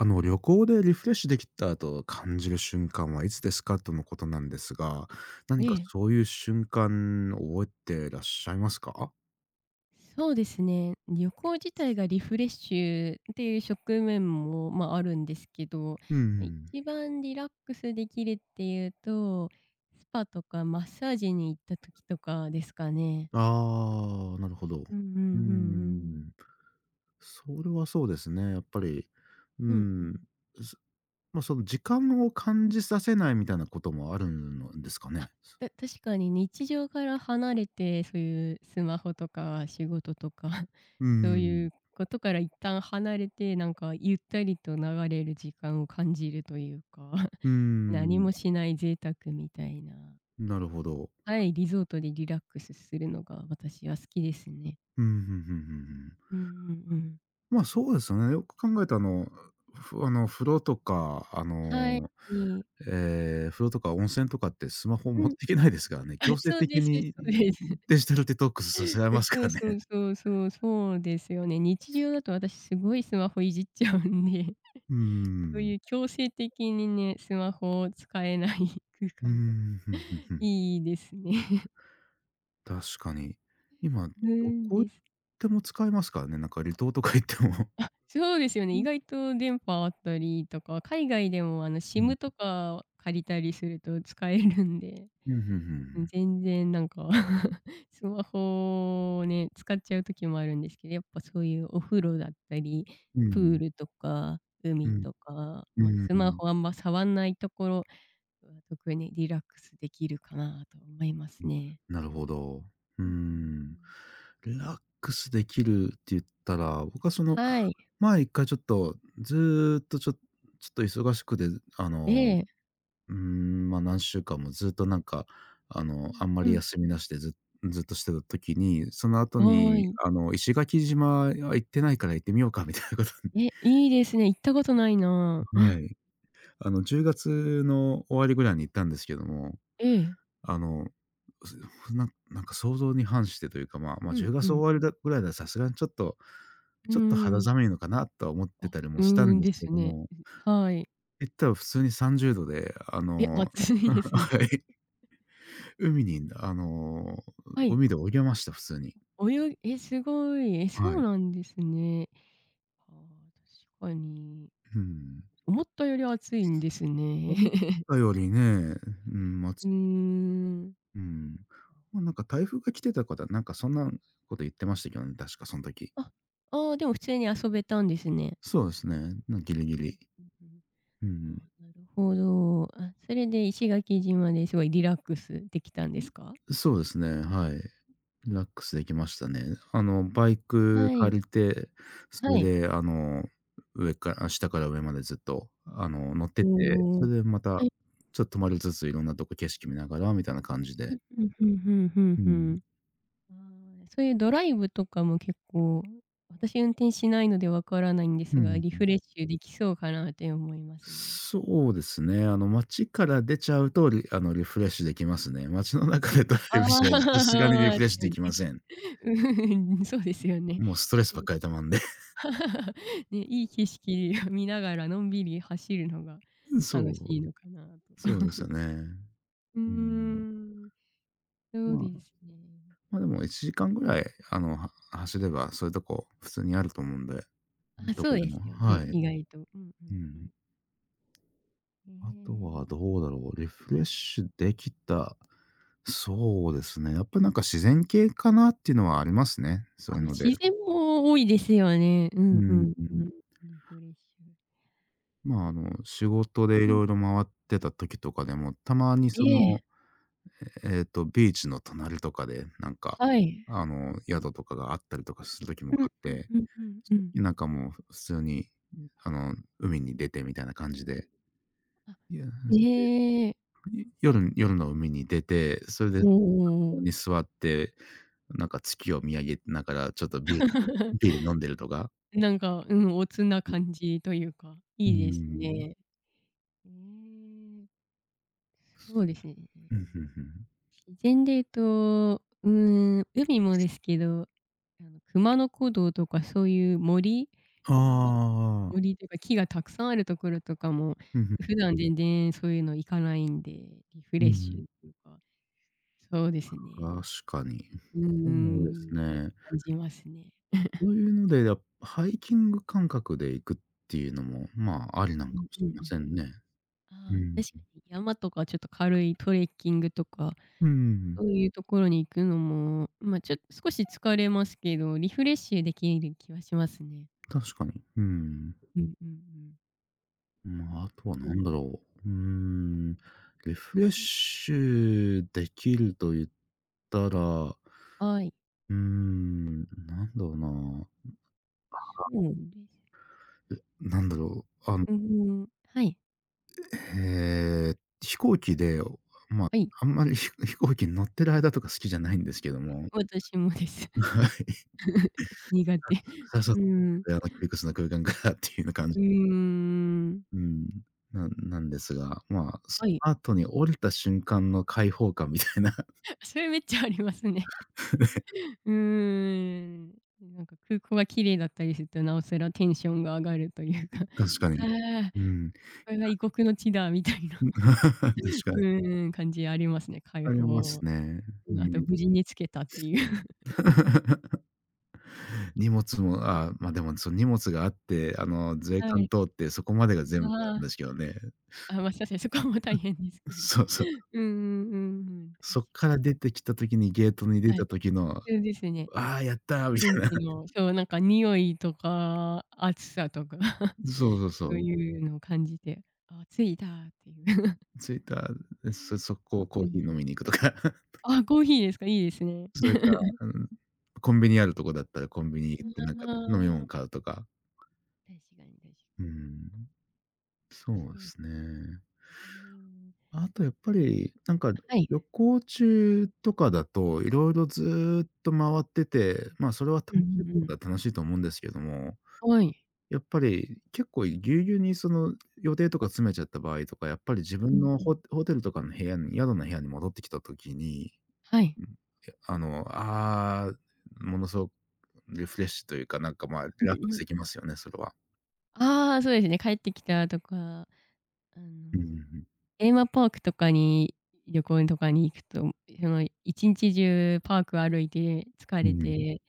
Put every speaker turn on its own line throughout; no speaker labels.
旅行でリフレッシュできたと感じる瞬間はいつですかとのことなんですが、
え
何か
え、
そういう瞬間覚えてらっしゃいますか？
そうですね。旅行自体がリフレッシュっていう側面も、まあ、あるんですけど、
う
ま
ん。
一番リラックスできるっていうと、スパとかマッサージに行った時とかですかね。
ああ、なるほど。う
うんうんうんう
ーん。
ん。
それはそうですね、やっぱり、うー
うんう
ん、
ん。
すまあ、その時間を感じさせないみたいなこともあるんですかね？
あ、確かに日常から離れて、そういうスマホとか仕事とか
うー
そうい
ん。
うことから一旦離れて、なんかゆったりと流れる時間を感じるというか
うー
何
ん、
もしない贅沢みたいな。
なるほど。
はい、リゾートでリラックスするのが私は好きですね。
うん、ふんふんふんふん。
うんうんうん。
まあ、そうですよね。よく考えたあの、ふあの、風呂とか、
はい。
風呂とか温泉とかってスマホ
う
持っ
ん。
ていけないですからね。
あ、
強制
そう
的
ですそ
に
うです。
デジタルデトックスさせられ
え、
ます
そ
か
う
ら
そ
ね。
うそうそう、そうですよね。日常だと私すごいスマホいじっちゃうんで、
うー
そう
ん。
いう強制的にね、スマホを使えない 空
うー
間とか
ん、ふんふんふん。
いいですね。
確かに。今、
う
ど
ん、
こ行っ
です。
ても使えますからね、なんか離島とか行っても。
そうですよね。
う
意
ん。
外と電波あったりとか、海外でもあの
うん。
SIM とか借りたりすると使えるんで、
うん、
全然なんか スマホをね、使っちゃう時もあるんですけど、やっぱそういうお風呂だったり、
う
プー
ん。
ルとか
う
海
ん。
とか、
う
まあ、
ん、う
ス
ー
マ
ん。
ホあんま触んないところは特にリラックスできるかなと思いますね。
なるほど。うー
うんうんう
ん。
ん。
リラックスできるって言ったら、僕は
はい。
前一回ちょっと、ずーっとちょっと忙しくて、あ
え
の、
え。
ま、何週間もずっとなんか、
う
あ
ん。
んま
う
り
ん
休
う
み
ん。
なしでずっとしてた時に、その後
は
に、
ーい。
石垣島いや行ってないから行ってみようかみたいなことに。
え、いいですね。行ったことないな。
はい。10月の終わりぐらいに行ったんですけども、
ええ。
あの、なんか想像に反してというか、まあ、
うん
10
う
月終
ん
わ
う
り
ん。
だぐらいださすがにちょっと、
うー
ちょっと肌
ん。
寒いのかなとは思っ
あ、
てたり
う
も
ー
したん
ん、
で
で
すけ
す
ど
ね。
も、
はい。
行ったら普通に30度で、
え、暑 い
うん、
ですね。
はい、
え
海
え、
にあの、
はい。
海で泳げました、普通に。
泳ぎえ、すごい。え、そ
は
う
い。
なんですね。ああ、確かに。
うん。
思ったより暑いんですね。
思っ たよりね、うん、
うーん。
うん、ま、なんか台風が来てたかだなんかそんなこと言ってましたけどね、確かそん時。
あ、ああ、でも普通に遊べたんですね。
そうですね、ギリギ
うん
リ。
うんうん。
うん、
あなるほど。あ、それで石垣島ですごいリラックスできたんですか？
そうですね、はい。リラックスできましたね。バイク
はい。
借りて、そ
は
れ
い。
で、あの、上からあ、下から上までずっと、乗ってっ
う
て、
んう
そ
ん。
れでま
は
た、
い。
ちょっと止まりつつ、いろんなとこ景色見ながらみたいな感じで。
うん、うんふんふんふん
う
ふん。
ん。
ああ、そういうドライブとかも結構、私運転しないのでわからないんで
う
すが、
ん
リ
うん、
フレッシュできそうかなって思いますね。
そうですね、街から出ちゃうと、リあの、リフレッシュできますね。街の中でドライブ
ああ、
しないさすがにリフ
確
レッシュ
か
で
に。
きません。
うん、そうですよね。
もうストレスばっかり溜まんで。
いい景色を見ながらのんびり走るのが
そ
楽し
う、
いのかなと。
そう ですよね。
うー
うん。
ん、そ
ま
うで
あ
すね。
でも1時間ぐらい、走ればそういうとこ普通にあると思うんで、
あ、
ど
そ
こ
う
で
です
も、
よね、
はい。
意外と。うんう
う
んう
ん。
ん。へ
あとは
え。
どうだろう、リフレッシュできた、そうですね、やっぱなんか自然系かなっていうのはありますね、そう
あ、
いう
ま、
ので。
自然も多いですよね。う
う
んう
ん、
ん
う
う
ん。
ん。リフレッシュ。
まあ、仕事で
うん。
色々回ってた時とかでも、たまに
ええ、
ビーチの隣とかで、なんか、
はい。
宿とかがあったりとかする時
う
もあ
ん
って、
うんうんうんうん。
なんかもう普通に、海に出てみたいな感じで、
あ、
いや、それで、
ええ。
夜の海に出て、それで
お
そ
おお
こ
お。
に座って、なんか月を見上げながら、ちょっとビールビ ール飲んでるとか。
なんか、うん、おつな感じというか、
う
い
ー
いです
ん。
ね。ええ、そうですね。
うん、ふんふん。
自然で言うと、うーん、海もですけど、あの、熊野古道とかそういうが
ああ、
森というか、木がたくさんあるところとかも、
うん、ふ
普段全然そういうの行かないんで、リフ
う
レ
ん、う
ッシュ
ん。
っていうか、そうですね、
確かに。
なんかうー
そうです
ん、
ね。
感じますね。
そういうので、ハイキング感覚で行くっていうのも、まあ、ありなの
う
か
ん
もし
うん
れ
う
ま
ん
せ
う
ん
ん。
ね。う
ああ、
ん。
確かに山とかちょっと軽いトレッキングとか、
うん、
そういうところに行くのも、ま、ちょっと少し疲れますけど、リフレッシュできる気はしますね。
確かに。うん。
うんうんうん。
まあ、あとは
うん。
何だろう。うーん、リフレッ
うん、
シュできると言ったら、う
はい、
ーん、なんだろうな。
そうです。
え、なんだろう、
うんうん。はい、
えー飛行機で、まあ、
はい、
あんまり 飛行機に乗ってる間とか好きじゃないんですけども、
私もです。
はい。
苦手。
さっさ
うー
と、
ん。
窮屈な空間からっていう感
うーん。
うん、ななんですが、まあ、そ
はい。
の後に降りた瞬間の解放感みたいな、
それめっちゃありますね。
ね、
うーん。なんか空港が綺麗だったりすると、なおさらテンションが上がるというか、
確か
あ
に。
あ、
うん。
これが異国の地だみたいな、
確かに。
うーん、感じありますね、解
ありま
放。
すね。
う
う
ん、あと
ん。
無事に着けたっていう。
荷物も、でもその荷物があって、税
は
関
い。
通ってそこまでが
あ
全部なんです
あ、
けどね。
あ、ま、そうですねそこも大変です けど。
そうそう。
うんうんうんうん、確
そっか
か
ら
に。
出てきた時にゲートに出
はい、
た時の、
そうですね。
「ああ、やった」み
現
たいな。
地の、そう、なんか匂いとか暑さとか。
そうそうそ
そう
う。
いうのを感じて、あ、着いたっていう
着いた、そこをコー
う
ヒー
ん。
飲みに行くとか。
あ、コーヒーですか、いいですね。
それか、うん、コンビニあるとこだったらコンビニ行ってなんか飲み
あ
物
あ、
買うとか。
確かに確か
う
に。
ん、そ
そ
うで
う、
すね。
うん。
あとやっぱり、なんか
はい。
旅行中とかだと、色々ずっと回ってて、まあ、それは
う
楽
んう
しい
んう
こと
ん。
は楽しいと思うんですけども、
はい。
やっぱり結構ぎゅうぎゅうにその予定とか詰めちゃった場合とか、やっぱり自
う
分の
ん
ホテルとかの部屋に宿の部屋に戻ってきた時に、
はい。
うん。あの、ああ、ものすごくリフレッシュというか、なんか、まあ、リ
うん
ラッ
う
クス
ん
でき
うん。
ますよね、それは。
ああ、そうですね、帰ってきたとか、あ
うんうんう
の
ん。
テーマパークとかに旅行とかに行くと、その一日中パーク歩いて疲
う
れ
ん。
て、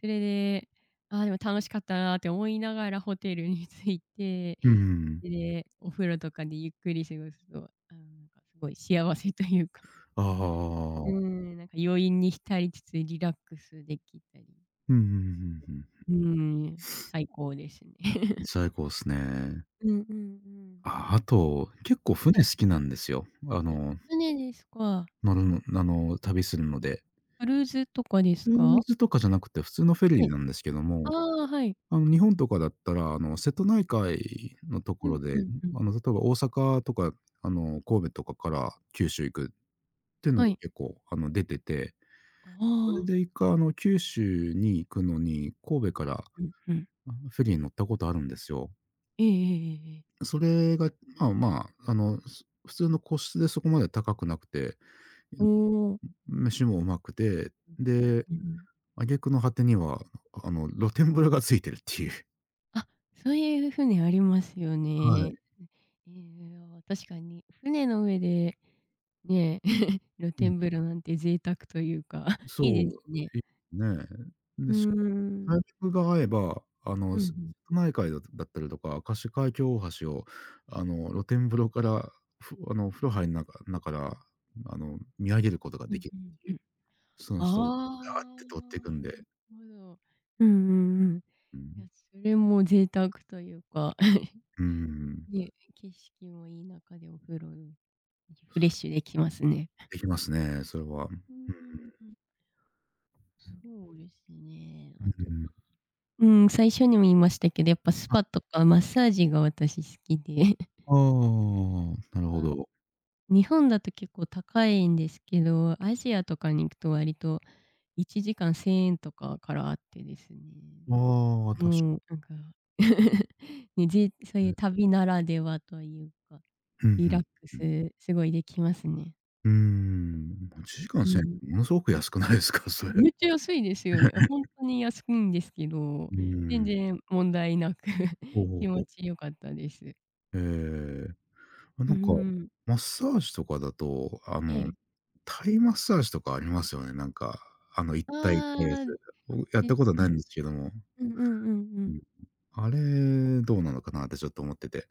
それで、ああ、でも楽しかったなって思いながらホテルに着いて、
うん。
で、お風呂とかでゆっくり過ごすと、あの、なんかすごい幸せというか、
ああああああ
う
あ
ー
あ。
ん、なんか余韻に浸りつつリラックスできたり、
うんうんうんうんうんああああうんうんうんうん
うーん、最高ですね。
うん、 最高っすね。
うんうんうん。
あ、あと、結構
は
船
い。
好きなんですよ。
あ、船ですか。
乗るの、旅するので。
クルーズとかです
クル
か？
ーズとかじゃなくて普通のフェ
え
リー
え。
なんですけど
あ
も、
あ、はい。
日本とかだったら、瀬戸内海のとこ
う
ろ
ん、う
で、
んうん。
例えば大阪とか、神戸とかから九州行くっていうの
は
が
い。
結構、出てて、
あ
それ
あ。
で一回、九州に行くのに、神戸から、
うん、うん。
フェリーに乗ったことあるんですよ。
ええええええええ。
それが、まあまあ、普通の個室でそこまで高くなくて、
おお。
飯もうまくて、で、
うんうん。
挙句の果てには、露天風呂がついてるっていう。
あ、そういう船ありますよ
は
ね。
い。
ええ、ああ、確かに船の上でね、露
うん。
天風呂なんて贅沢というか、いい
そ
で
う
すね。
ね。
うー
タイ
ん。
ミングが合えば、
うんうん。
瀬戸内海だったりとか、明石海峡大橋を、露天風呂から、ふあの、風呂入んながなから、見上げることが
う
で
ん
きる
うん、
って
う
いう、
ん。
その人をガーっ
あ
て通ってい
あ、
くんで、
なるほど。うんうんうん。
う
いや、
ん。
それも贅沢というか、
うーん、
ね、景色もいい中でお風呂、リフレッシュできますね。
できますね、それは。うん。
うんうんうん。そうですね。
う
あと
ん。
うん、最初にも言いましたけど、やっぱスパとかマッサージが私好きで、
ああ、なる ほ
あ、
ど。
日本だと結構高いんですけど、アジアとかに行くと割と1時間1000円とかからあってですね。
ああ、確か
もうなんか ね、そういう
に。
旅ならではというか、
うん、
リ
ふ
ラッ
ん、
ク
うん。
スすごいできますね。
うーん、1時
う
間1000円っ
ん。
てものすごく安くないですか？それ。
めっちゃ安いですよね。あ、ほんとに安いんですけど、
うー
全
ん。
然問題なく
ほう ほう
気
ほ
持
う。
ち良かったです。
ええ。
うー
なんか、
ん。
マッサージとかだと、
ええ。
タイマッサージとかありますよね。なんか、一
あ
体一体や
あ、
つ。僕やっ
で
た
す
ことない
ね。
んですけども。
うんうんうんう
う
ん。
ん。あれ、どうなのかなってちょっと思ってて。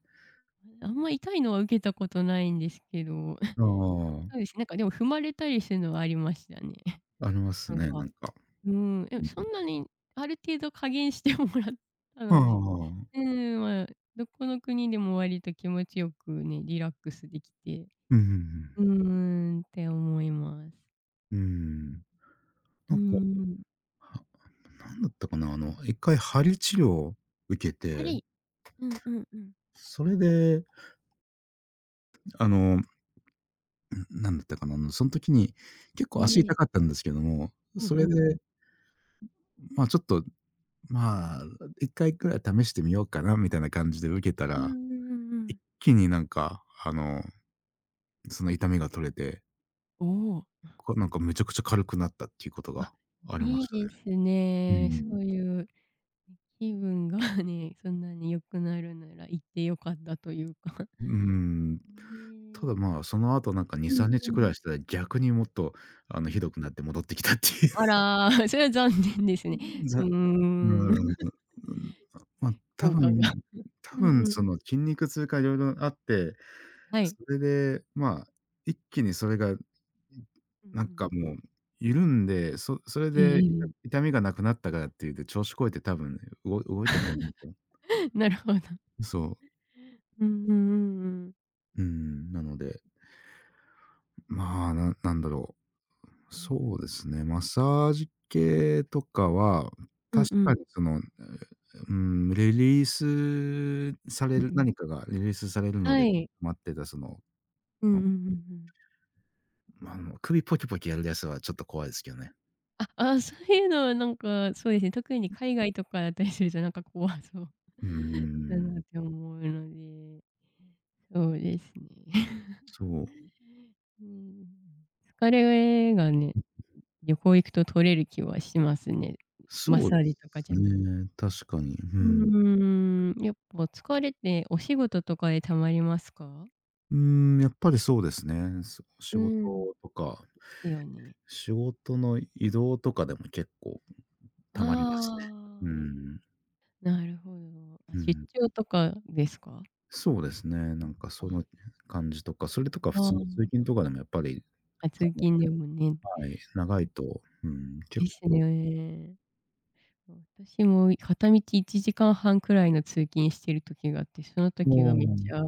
あんま痛いのは受けたことないんですけど、
あ
そうですね、なんかでも踏まれたりするのはありましたね。
あ、あります
なん
ね、
か、
なんか。
うーん、で
う
も
ん。
そんなにある程度加減してもらったので、
ああ、
うーん、まあ、どこの国でも割と気持ちよくね、リラックスできて
うんうん、
うーん、って思います。うー
なんか、
ん。
はなんだったかな、一回鍼治療を受け
あ
て、
りうんうんうん。
それで、あの、ん、なんだったかな、その時に結
え
構足痛
え、
かったんですけども、
うん
そ
う
れ
んうん。
で、まあ、ちょっと、まあ、一回くらい試してみようかなみたいな感じで受けた
うんう
ら、
んうんうん。
一気になんか、その痛みが取れて、
おお、
なんかめちゃくちゃ軽くなったっていうことが
あ、
ありま
いい
し
で
た
す
ね。う
ね。そ
ん。
ういう気分がね、そんなに良くなるなら行って良かったというか。
うーん。ただ
ね。
まあ、その後なんか2、
うん
3
う
日く
ん。
らいしたら逆にもっとひどくなって戻ってきたっていう。
あら、それは残念ですね。
ざ
うー
う
ん、
ーん、ま、多
効果が。
分多
うん
分
う
そ
ん。
の筋肉痛か色々あって、
は
そ
い。
れで、まあ、一気にそれが、
うん
なん
うん
か
うん。
もう緩んで、そそれ
え
で
ええ
痛みがなくなったからっていうんで、調子こいて多分ね、動いたと思うんですよ。
え。なるほど。
そう。
うんうんうんうん。
なので、まあ、なんなんだろう。
うんう
そう
ん。
ですね、マッサージ系とかは、
うん
確
う
か
ん。
にその、うん、リリースさ
う
れ
んう
る
ん。
何かがリリースされるの
は
で、
い。
待ってた
うんうんうんうん。
首ポキポキやるやつはちょっと怖いですけどね。
あ、ああそういうのはなんか、そうですね、特に海外とかだったりすると、なんか怖そう
うー
だ
ん、
なって思うので、そうですね。
そう。
うん。疲れがね、旅行行くと取れる気はしますね。マッ
そうで
サージとか
す
じゃなくて
ね、確かに。うん。
うーん、やっぱ疲れてお仕事とかで溜まりますか？
うーん、やっぱりそうですね。
う
仕事
ん、ん。
とか、
すよね。
仕事の移動とかでも結構溜まりますね。う
ああ、
ん、
なるほど。あ、
う
出
ん。
張とかですか？
そうですね。なんかその
あ
感じとか、それとか普
ああ、
通の通勤とかでもやっぱり、
あ、
あ
通
の
勤でもね。
はい、長いと、うん、
で
結
す
構、
ね。私も片道1時間半くらいの通勤してる時があって、その
ああ、
時が
う
めっち
ん、
ゃ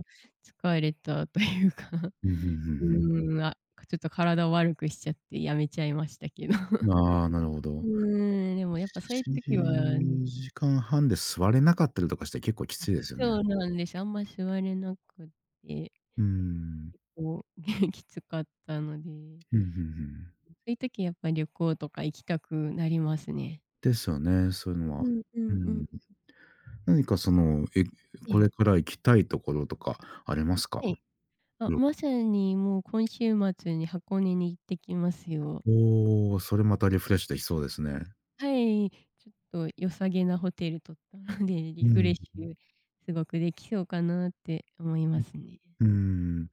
疲れたというか、
うんう
う
んう
ーん、あ、ちょっと体を悪くしちゃってやめちゃいましたけど。
ん。ああ、なるほ
う
ど。
ーん、でもやっぱそういう時はね
1時間半で座れなかったりとかして結構きついですよね。
そうなんです。あんま座れなくて、
うーん。
こう、きつかったので、
うんうんうん。
そういう時やっぱ旅行とか行きたくなりますね。
ですよね、そういうの
う
は。
んう
う
んうん。
ん。何か
え
これ
え。
から行きたいところとかあります
は
か？
い。あ、
うん、
まさにもう今週末に箱根に行ってきますよ。
おお、それまたリフレッシュできそうですね。
はい、ちょっと良さげなホテル取ったので、リ
う
フレッ
ん。
シュすごくできそうかなって思いますね。
うーん。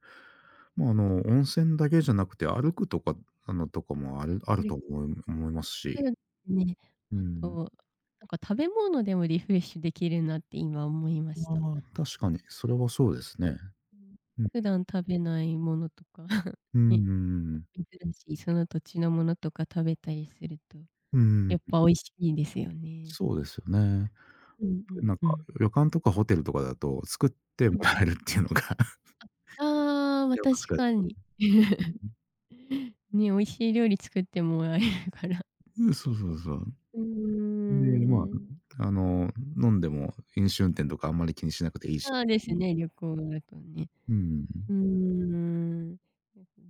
まあ、温泉だけじゃなくて、歩くとか、とかもある
で、
と思います
そうで
し、
すね。
う
あ
ん。
と、なんか食べ物でもリフレッシュできるなって今思いま
ま
した。
あ、確かにそれはそうですね。
うん、
うん。
普段食べないものとか、
うんう
ね、
ん、ん。
珍しいその土地のものとか食べたりすると、
うーん、
やっぱ美味しいですよね。
そうですよね。
うんうん
なんか、
うん。
旅館とかホテルとかだと、作って
う
もらえ
ん
るっていうのが
ああ、ま、
やっぱ
確
使え
かに。ね、美味しい料理作ってもらえるから。
うん、そうそうそう。
うー
で、ま
ん。
あ、飲んでも飲酒運転とかあんまり気にしなくていいし。
そうですね、旅行だとね。
うん。
うーん。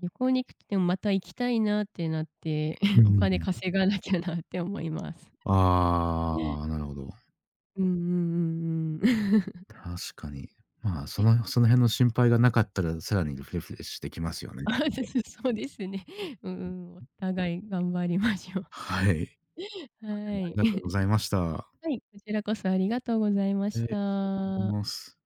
旅行に行くってもまた行きたいなってなって、
う
お
ん。
金稼がなきゃなって思います。
ああ、なるほど。
うんうんうんうん。
確かに。まあ、その辺の心配がなかったら、さらにリフレッシュできますよね。
あ、そうですね。うんうん、お互い頑張りましょう。
はい。で
は
もあ
い。
りがとうご ざいました。
はい、こちらこそありがとうございまし
失礼し
た。
ます。